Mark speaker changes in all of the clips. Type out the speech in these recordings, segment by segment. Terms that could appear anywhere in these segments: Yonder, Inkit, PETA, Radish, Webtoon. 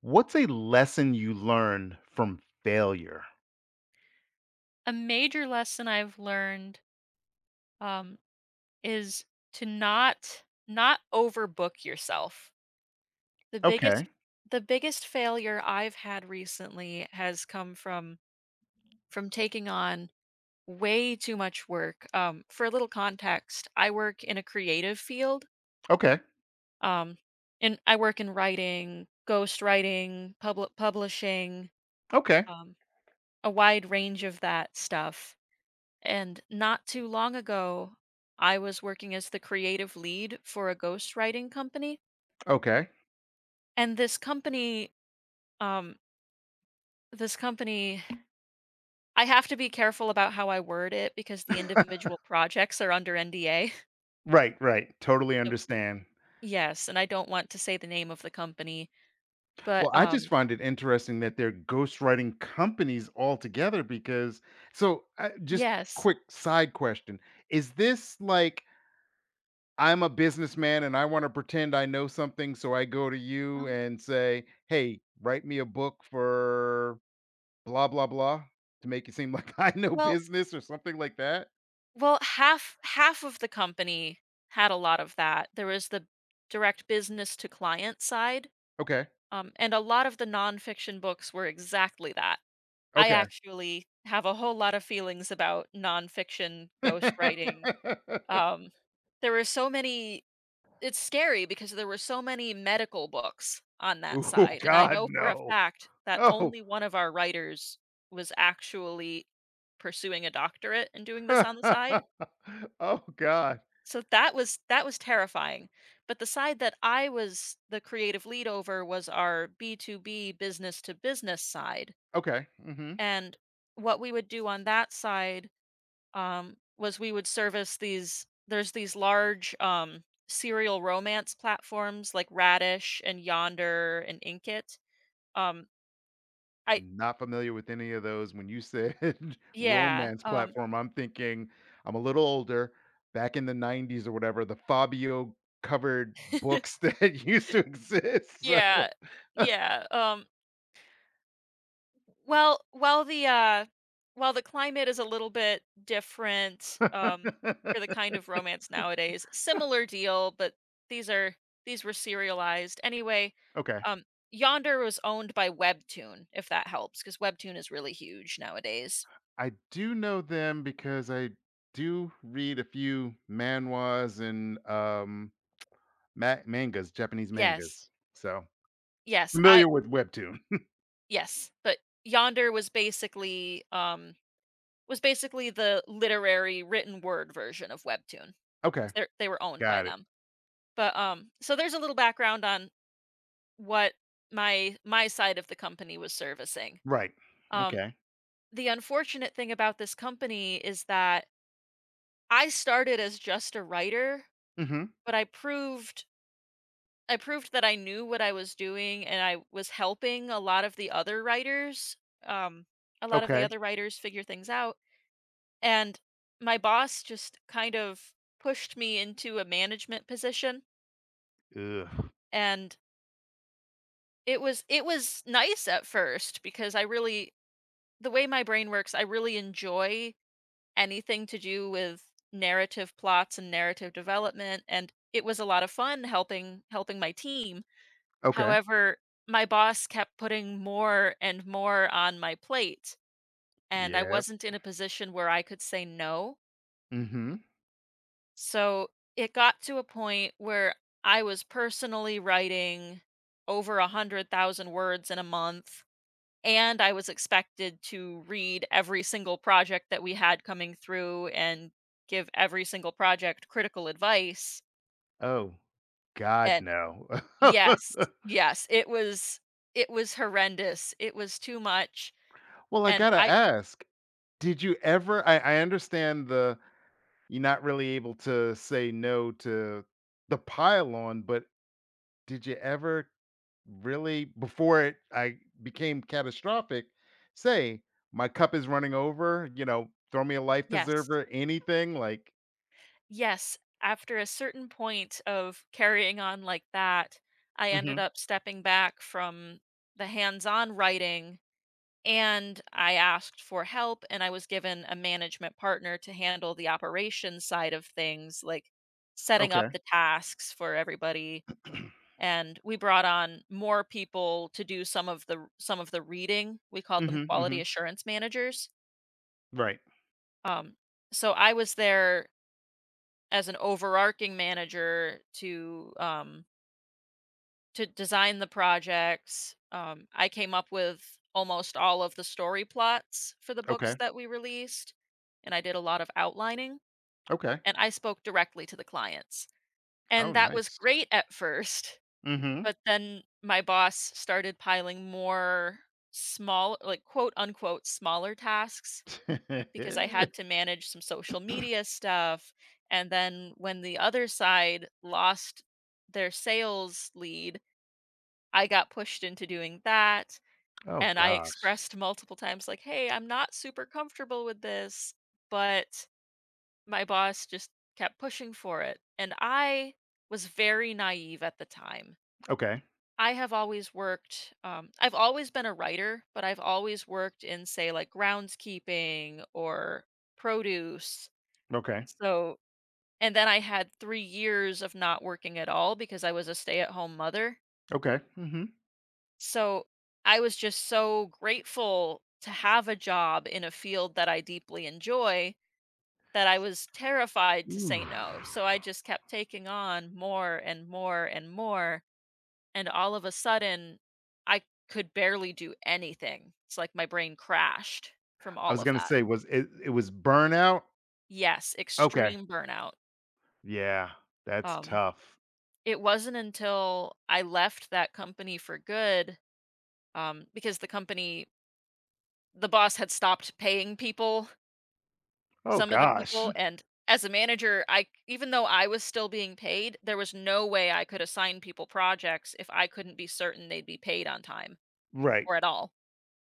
Speaker 1: What's a lesson you learn from failure?
Speaker 2: A major lesson I've learned, um, is to not overbook yourself. The
Speaker 1: Okay.
Speaker 2: biggest the biggest failure I've had recently has come from taking on way too much work. For a little context, I work in a creative field,
Speaker 1: Okay.
Speaker 2: um, and I work in writing, ghostwriting, public publishing,
Speaker 1: Okay.
Speaker 2: um, a wide range of that stuff. And not too long ago, I was working as the creative lead for a ghostwriting company.
Speaker 1: Okay.
Speaker 2: And this company, um, this company, I have to be careful about how I word it because the individual projects are under NDA.
Speaker 1: Right, right. Totally
Speaker 2: So,
Speaker 1: understand.
Speaker 2: yes, and I don't want to say the name of the company,
Speaker 1: Well,
Speaker 2: but
Speaker 1: I just find it interesting that they're ghostwriting companies altogether, because so, just
Speaker 2: yes.
Speaker 1: quick side question. Is this like I'm a businessman and I want to pretend I know something, so I go to you
Speaker 2: Um,
Speaker 1: and say, "Hey, write me a book for blah blah blah to make it seem like I know
Speaker 2: well,
Speaker 1: business or something like that?"
Speaker 2: well, half of the company had a lot of that. There was the direct business to client side.
Speaker 1: Okay.
Speaker 2: And a lot of the nonfiction books were exactly that. I
Speaker 1: Okay.
Speaker 2: actually have a whole lot of feelings about nonfiction ghostwriting. Um, there were so many, It's scary because there were so many medical books on that
Speaker 1: Oh
Speaker 2: side. And I
Speaker 1: god,
Speaker 2: know for a
Speaker 1: no.
Speaker 2: fact that
Speaker 1: Oh.
Speaker 2: only one of our writers was actually pursuing a doctorate and doing this on the side.
Speaker 1: Oh god.
Speaker 2: So that was terrifying. But the side that I was the creative lead over was our B2B, business to business side.
Speaker 1: Okay, mhm.
Speaker 2: And what we would do on that side, was we would service these there's these large serial romance platforms like Radish and Yonder and Inkit. Um, I
Speaker 1: Not familiar with any of those. When you said
Speaker 2: yeah,
Speaker 1: romance
Speaker 2: um,
Speaker 1: platform, I'm thinking I'm a little older, back in the 90s or whatever, the Fabio covered books that used to exist, so.
Speaker 2: yeah, yeah. Well, while the climate is a little bit different, for the kind of romance nowadays, similar deal, but these are these were serialized. Anyway,
Speaker 1: Okay.
Speaker 2: um, Yonder was owned by Webtoon, if that helps, because Webtoon is really huge nowadays.
Speaker 1: I do know them because I do read a few manhwas and, Ma mangas, Japanese
Speaker 2: Yes.
Speaker 1: mangas, so
Speaker 2: Yes, I
Speaker 1: familiar with Webtoon.
Speaker 2: yes, but Yonder was basically the literary written word version of Webtoon.
Speaker 1: Okay,
Speaker 2: They were owned by
Speaker 1: got it.
Speaker 2: them. But, so there's a little background on what my side of the company was servicing.
Speaker 1: Right.
Speaker 2: Um,
Speaker 1: Okay.
Speaker 2: the unfortunate thing about this company is that I started as just a writer,
Speaker 1: Mhm.
Speaker 2: but I proved that I knew what I was doing and I was helping a lot of the other writers. Um,
Speaker 1: Okay.
Speaker 2: figure things out. And my boss just kind of pushed me into a management position.
Speaker 1: Ugh.
Speaker 2: And it was nice at first because I really the way my brain works, I really enjoy anything to do with narrative plots and narrative development, and it was a lot of fun helping my team.
Speaker 1: Okay.
Speaker 2: However, my boss kept putting more and more on my plate, and I
Speaker 1: Yep.
Speaker 2: wasn't in a position where I could say no.
Speaker 1: Mhm.
Speaker 2: So it got to a point where I was personally writing over 100,000 words in a month. And I was expected to read every single project that we had coming through and give every single project critical advice.
Speaker 1: Oh, god,
Speaker 2: And
Speaker 1: no.
Speaker 2: Yes, yes, it was horrendous. It was too much.
Speaker 1: Well, I
Speaker 2: And
Speaker 1: gotta
Speaker 2: I
Speaker 1: ask, did you ever I understand, the you're not really able to say no to the pile on, but did you ever, really, before it I became catastrophic, say, "My cup is running over," you know, "Throw me a life
Speaker 2: yes.
Speaker 1: preserver," anything like.
Speaker 2: Yes, after a certain point of carrying on like that, I ended
Speaker 1: Mhm.
Speaker 2: up stepping back from the hands-on writing. And I asked for help, and I was given a management partner to handle the operations side of things, like setting up
Speaker 1: Okay.
Speaker 2: the tasks for everybody. And we brought on more people to do some of the reading. We called them
Speaker 1: Mhm,
Speaker 2: quality
Speaker 1: mhm.
Speaker 2: assurance managers.
Speaker 1: Right.
Speaker 2: Um, so I was there as an overarching manager to design the projects. I came up with almost all of the story plots for the books
Speaker 1: Okay.
Speaker 2: that we released, and I did a lot of outlining,
Speaker 1: Okay.
Speaker 2: and I spoke directly to the clients.
Speaker 1: Oh,
Speaker 2: And that was
Speaker 1: nice.
Speaker 2: great at first,
Speaker 1: Mhm.
Speaker 2: but then my boss started piling more small, like quote unquote, smaller tasks because I had to manage some social media stuff. And then when the other side lost their sales lead, I got pushed into doing that,
Speaker 1: Oh
Speaker 2: and I
Speaker 1: gosh.
Speaker 2: expressed multiple times like, "Hey, I'm not super comfortable with this," but my boss just kept pushing for it, and I was very naive at the time.
Speaker 1: Okay.
Speaker 2: I have always worked, I've always been a writer, but I've always worked in, say, like, groundskeeping or produce,
Speaker 1: Okay.
Speaker 2: so and then I had 3 years of not working at all because I was a stay-at-home mother.
Speaker 1: Okay. Mhm.
Speaker 2: So I was just so grateful to have a job in a field that I deeply enjoy that I was terrified to
Speaker 1: Ooh.
Speaker 2: say no. So I just kept taking on more and more and more. And all of a sudden, I could barely do anything. It's like my brain crashed from
Speaker 1: I
Speaker 2: all
Speaker 1: was
Speaker 2: of
Speaker 1: gonna
Speaker 2: that.
Speaker 1: say, was it it was burnout?
Speaker 2: Yes,
Speaker 1: Okay.
Speaker 2: extreme burnout.
Speaker 1: Yeah, that's
Speaker 2: Um,
Speaker 1: tough.
Speaker 2: it wasn't until I left that company for good, because the company, the boss had stopped paying people.
Speaker 1: Oh
Speaker 2: Some of the
Speaker 1: gosh.
Speaker 2: people. And as a manager, I even though I was still being paid, there was no way I could assign people projects if I couldn't be certain they'd be paid on time
Speaker 1: Right.
Speaker 2: or at all.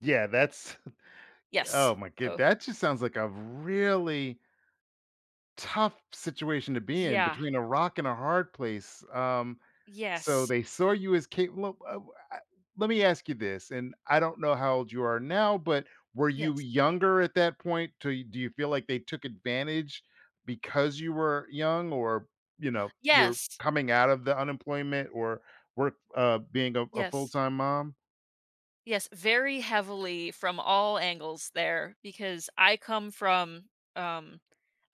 Speaker 1: Yeah, that's oh
Speaker 2: Yes.
Speaker 1: my god,
Speaker 2: So
Speaker 1: that just sounds like a really tough situation to be in,
Speaker 2: yeah.
Speaker 1: between a rock and a hard place. So
Speaker 2: Yes.
Speaker 1: they saw you as capable, let me ask you this, and I don't know how old you are now, but were you
Speaker 2: Yes.
Speaker 1: younger at that point? To do you feel like they took advantage because you were young, or, you know, you're
Speaker 2: Yes.
Speaker 1: coming out of the unemployment or work, being a
Speaker 2: Yes.
Speaker 1: full-time mom?
Speaker 2: Yes, very heavily from all angles there because I come from, um,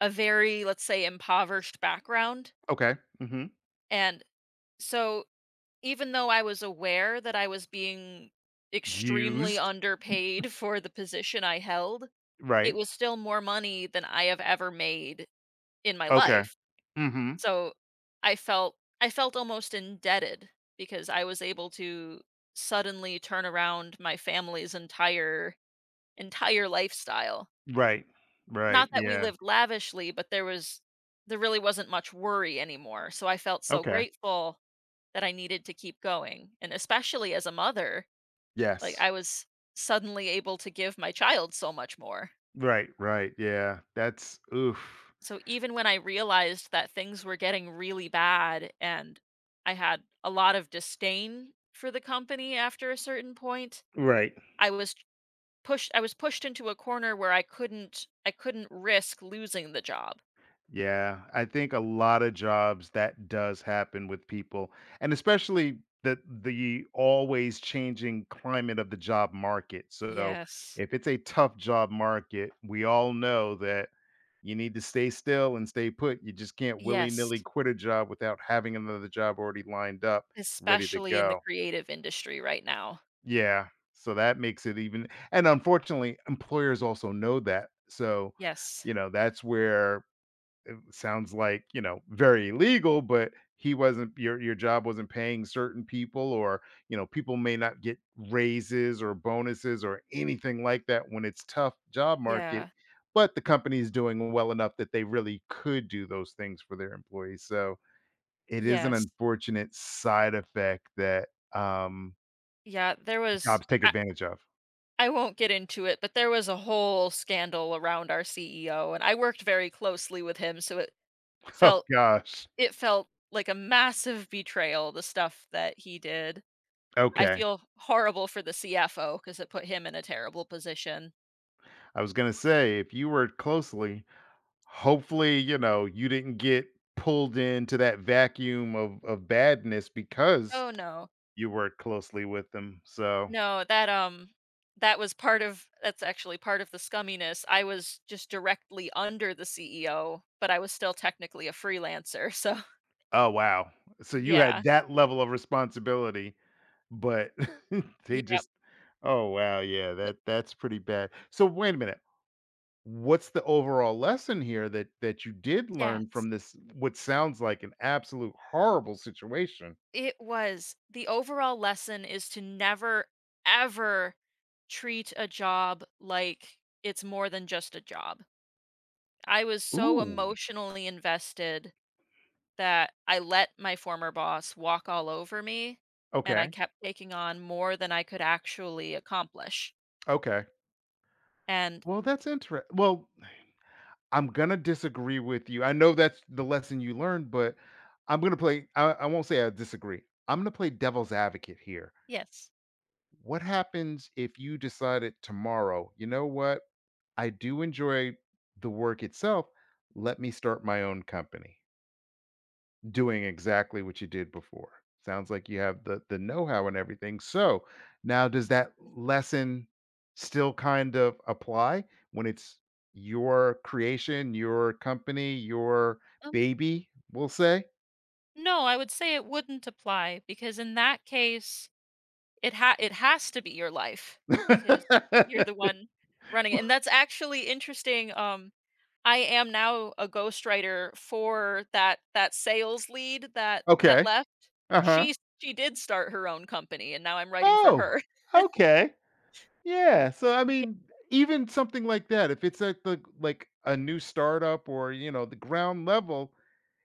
Speaker 2: a very, let's say, impoverished background,
Speaker 1: Okay. Mhm.
Speaker 2: and so even though I was aware that I was being extremely
Speaker 1: Used.
Speaker 2: underpaid for the position I held, it
Speaker 1: Right.
Speaker 2: was still more money than I have ever made in my
Speaker 1: Okay.
Speaker 2: life.
Speaker 1: Mhm.
Speaker 2: So, I felt I felt almost indebted because I was able to suddenly turn around my family's entire lifestyle.
Speaker 1: Right. Right.
Speaker 2: Not that we
Speaker 1: Yeah.
Speaker 2: lived lavishly, but there really wasn't much worry anymore, so I felt so
Speaker 1: Okay.
Speaker 2: grateful that I needed to keep going, and especially as a mother, like,
Speaker 1: Yes.
Speaker 2: I was suddenly able to give my child so much more.
Speaker 1: Right. Right. Yeah. That's oof.
Speaker 2: So even when I realized that things were getting really bad and I had a lot of disdain for the company after a certain point,
Speaker 1: Right.
Speaker 2: I was pushed, I was pushed into a corner where I couldn't risk losing the job.
Speaker 1: Yeah, I think a lot of jobs that does happen with people, and especially the always changing climate of the job market. So
Speaker 2: Yes.
Speaker 1: if it's a tough job market, we all know that you need to stay still and stay put. You just can't willy nilly
Speaker 2: Yes.
Speaker 1: quit a job without having another job already lined up, ready to
Speaker 2: Especially in the
Speaker 1: go.
Speaker 2: creative industry right now.
Speaker 1: Yeah, so that makes it even, and unfortunately, employers also know that. So,
Speaker 2: Yes.
Speaker 1: you know, that's where it sounds like, you know, very illegal, but he wasn't your job wasn't paying certain people, or, you know, people may not get raises or bonuses or anything like that when it's tough job market,
Speaker 2: Yeah.
Speaker 1: but the company is doing well enough that they really could do those things for their employees. So, it is an
Speaker 2: Yes.
Speaker 1: unfortunate side effect that,
Speaker 2: Yeah, there was
Speaker 1: jobs take advantage of.
Speaker 2: I won't get into it, but there was a whole scandal around our CEO, and I worked very closely with him, so
Speaker 1: Oh
Speaker 2: felt
Speaker 1: gosh.
Speaker 2: it felt like a massive betrayal, the stuff that he did. I
Speaker 1: Okay.
Speaker 2: feel horrible for the CFO because it put him in a terrible position.
Speaker 1: I was gonna say, if you were closely, hopefully, you know, you didn't get pulled into that vacuum of badness because
Speaker 2: Oh, no.
Speaker 1: you worked closely with them. So,
Speaker 2: No, that was part of, that's actually part of the scumminess. I was just directly under the CEO, but I was still technically a freelancer, so
Speaker 1: oh wow. So you had
Speaker 2: yeah.
Speaker 1: that level of responsibility, but they
Speaker 2: Yeah.
Speaker 1: just, oh wow, yeah,
Speaker 2: Th
Speaker 1: that's pretty bad. So wait a minute. What's the overall lesson here that you did learn
Speaker 2: Yes.
Speaker 1: from this, what sounds like an absolute horrible situation?
Speaker 2: It was. The overall lesson is to never, ever treat a job like it's more than just a job. I was so
Speaker 1: Ooh.
Speaker 2: emotionally invested that I let my former boss walk all over me, and I
Speaker 1: Okay,
Speaker 2: kept taking on more than I could actually accomplish.
Speaker 1: okay.
Speaker 2: And
Speaker 1: Well, that's interesting. Well, I'm gonna disagree with you. I know that's the lesson you learned, but I'm gonna play I won't say I disagree. I'm gonna play devil's advocate here.
Speaker 2: Yes.
Speaker 1: What happens if you decided tomorrow, "You know what? I do enjoy the work itself. Let me start my own company." Doing exactly what you did before. Sounds like you have the know-how and everything. So, now does that lesson still kind of apply when it's your creation, your company, your
Speaker 2: Um,
Speaker 1: baby, we'll say?
Speaker 2: no, I would say it wouldn't apply because in that case, it has to be your life because you're the one running it. And that's actually interesting. I am now a ghostwriter for that sales lead that
Speaker 1: Okay.
Speaker 2: left.
Speaker 1: Uh-huh.
Speaker 2: She she did start her own company, and now I'm writing for
Speaker 1: Oh,
Speaker 2: her.
Speaker 1: okay. Yeah, so, I
Speaker 2: Ye-
Speaker 1: mean, even something like that, if it's at the like, a new startup, or, you know, the ground level,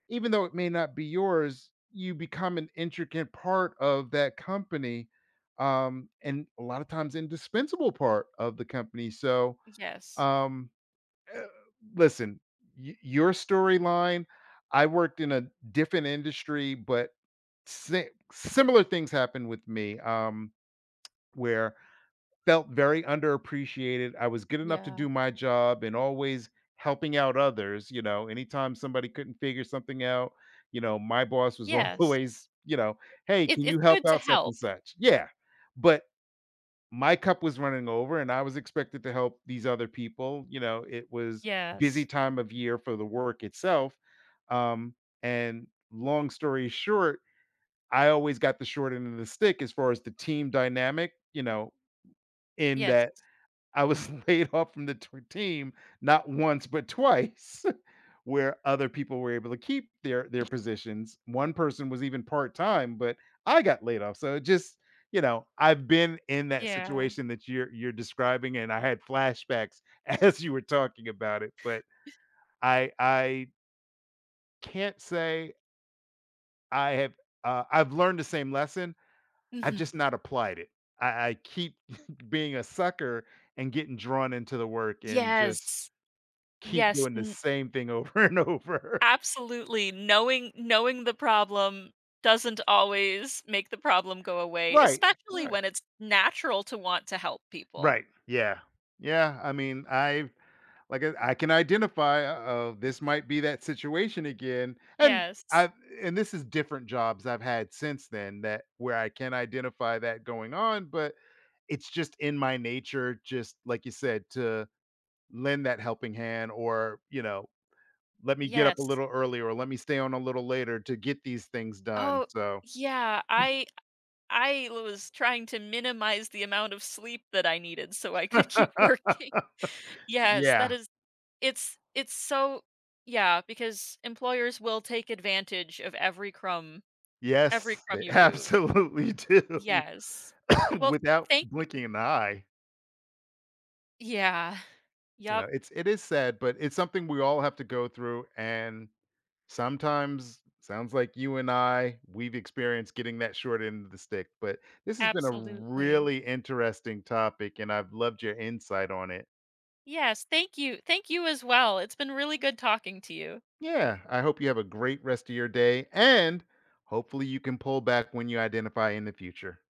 Speaker 1: even though it may not be yours, you become an intricate part of that company, and a lot of times indispensable part of the company. So,
Speaker 2: yes.
Speaker 1: um, eh, listen, your storyline. I worked in a different industry, but similar things happened with me, where felt very underappreciated. I was good enough to
Speaker 2: Yeah.
Speaker 1: do my job and always helping out others, you know, anytime somebody couldn't figure something out, you know, my boss was
Speaker 2: Yes.
Speaker 1: always, you know, "Hey,
Speaker 2: It
Speaker 1: can you
Speaker 2: it's
Speaker 1: help
Speaker 2: good to
Speaker 1: out such and
Speaker 2: help.
Speaker 1: such?" Yeah, but my cup was running over and I was expected to help these other people, you know, it was busy
Speaker 2: Yes.
Speaker 1: time of year for the work itself, um, and long story short, I always got the short end of the stick as far as the team dynamic, you know, in
Speaker 2: Yes.
Speaker 1: that I was laid off from the team, not once but twice, where other people were able to keep their positions. One person was even part time, but I got laid off. So it just, you know, I've been in that
Speaker 2: Yeah.
Speaker 1: situation that you're describing, and I had flashbacks as you were talking about it. But I can't say I have, I've learned the same lesson. I've just
Speaker 2: Mhm.
Speaker 1: not applied it. I keep being a sucker and getting drawn into the work and just
Speaker 2: Yes.
Speaker 1: keep
Speaker 2: Yes.
Speaker 1: doing the
Speaker 2: N
Speaker 1: same thing over and over.
Speaker 2: absolutely. Knowing the problem doesn't always make the problem go away,
Speaker 1: Right,
Speaker 2: especially
Speaker 1: right,
Speaker 2: when it's natural to want to help people.
Speaker 1: right. Yeah, yeah. I mean, I have, like I can identify. Oh, this might be that situation again, and
Speaker 2: Yes.
Speaker 1: I and this is different jobs I've had since then, that where I can identify that going on, but it's just in my nature, just like you said, to lend that helping hand, or, you know, let me get up a
Speaker 2: Yes.
Speaker 1: little early, or let me stay on a little later to get these things done.
Speaker 2: Oh,
Speaker 1: So,
Speaker 2: yeah. I was trying to minimize the amount of sleep that I needed so I could keep working. Yes, that
Speaker 1: yeah.
Speaker 2: is it's so yeah, because employers will take advantage of every crumb, every
Speaker 1: Yes,
Speaker 2: crumb
Speaker 1: they
Speaker 2: you do.
Speaker 1: absolutely do
Speaker 2: Yes. Well,
Speaker 1: without
Speaker 2: thank you.
Speaker 1: blinking an eye.
Speaker 2: Yeah.
Speaker 1: You know,
Speaker 2: Yup,
Speaker 1: it's it is sad, but it's something we all have to go through, and sometimes sounds like you and I, we've experienced getting that short end of the stick, but this has been a
Speaker 2: absolutely.
Speaker 1: really interesting topic and I've loved your insight on it.
Speaker 2: Yes, thank you. Thank you as well. It's been really good talking to you.
Speaker 1: Yeah, I hope you have a great rest of your day, and hopefully you can pull back when you identify in the future.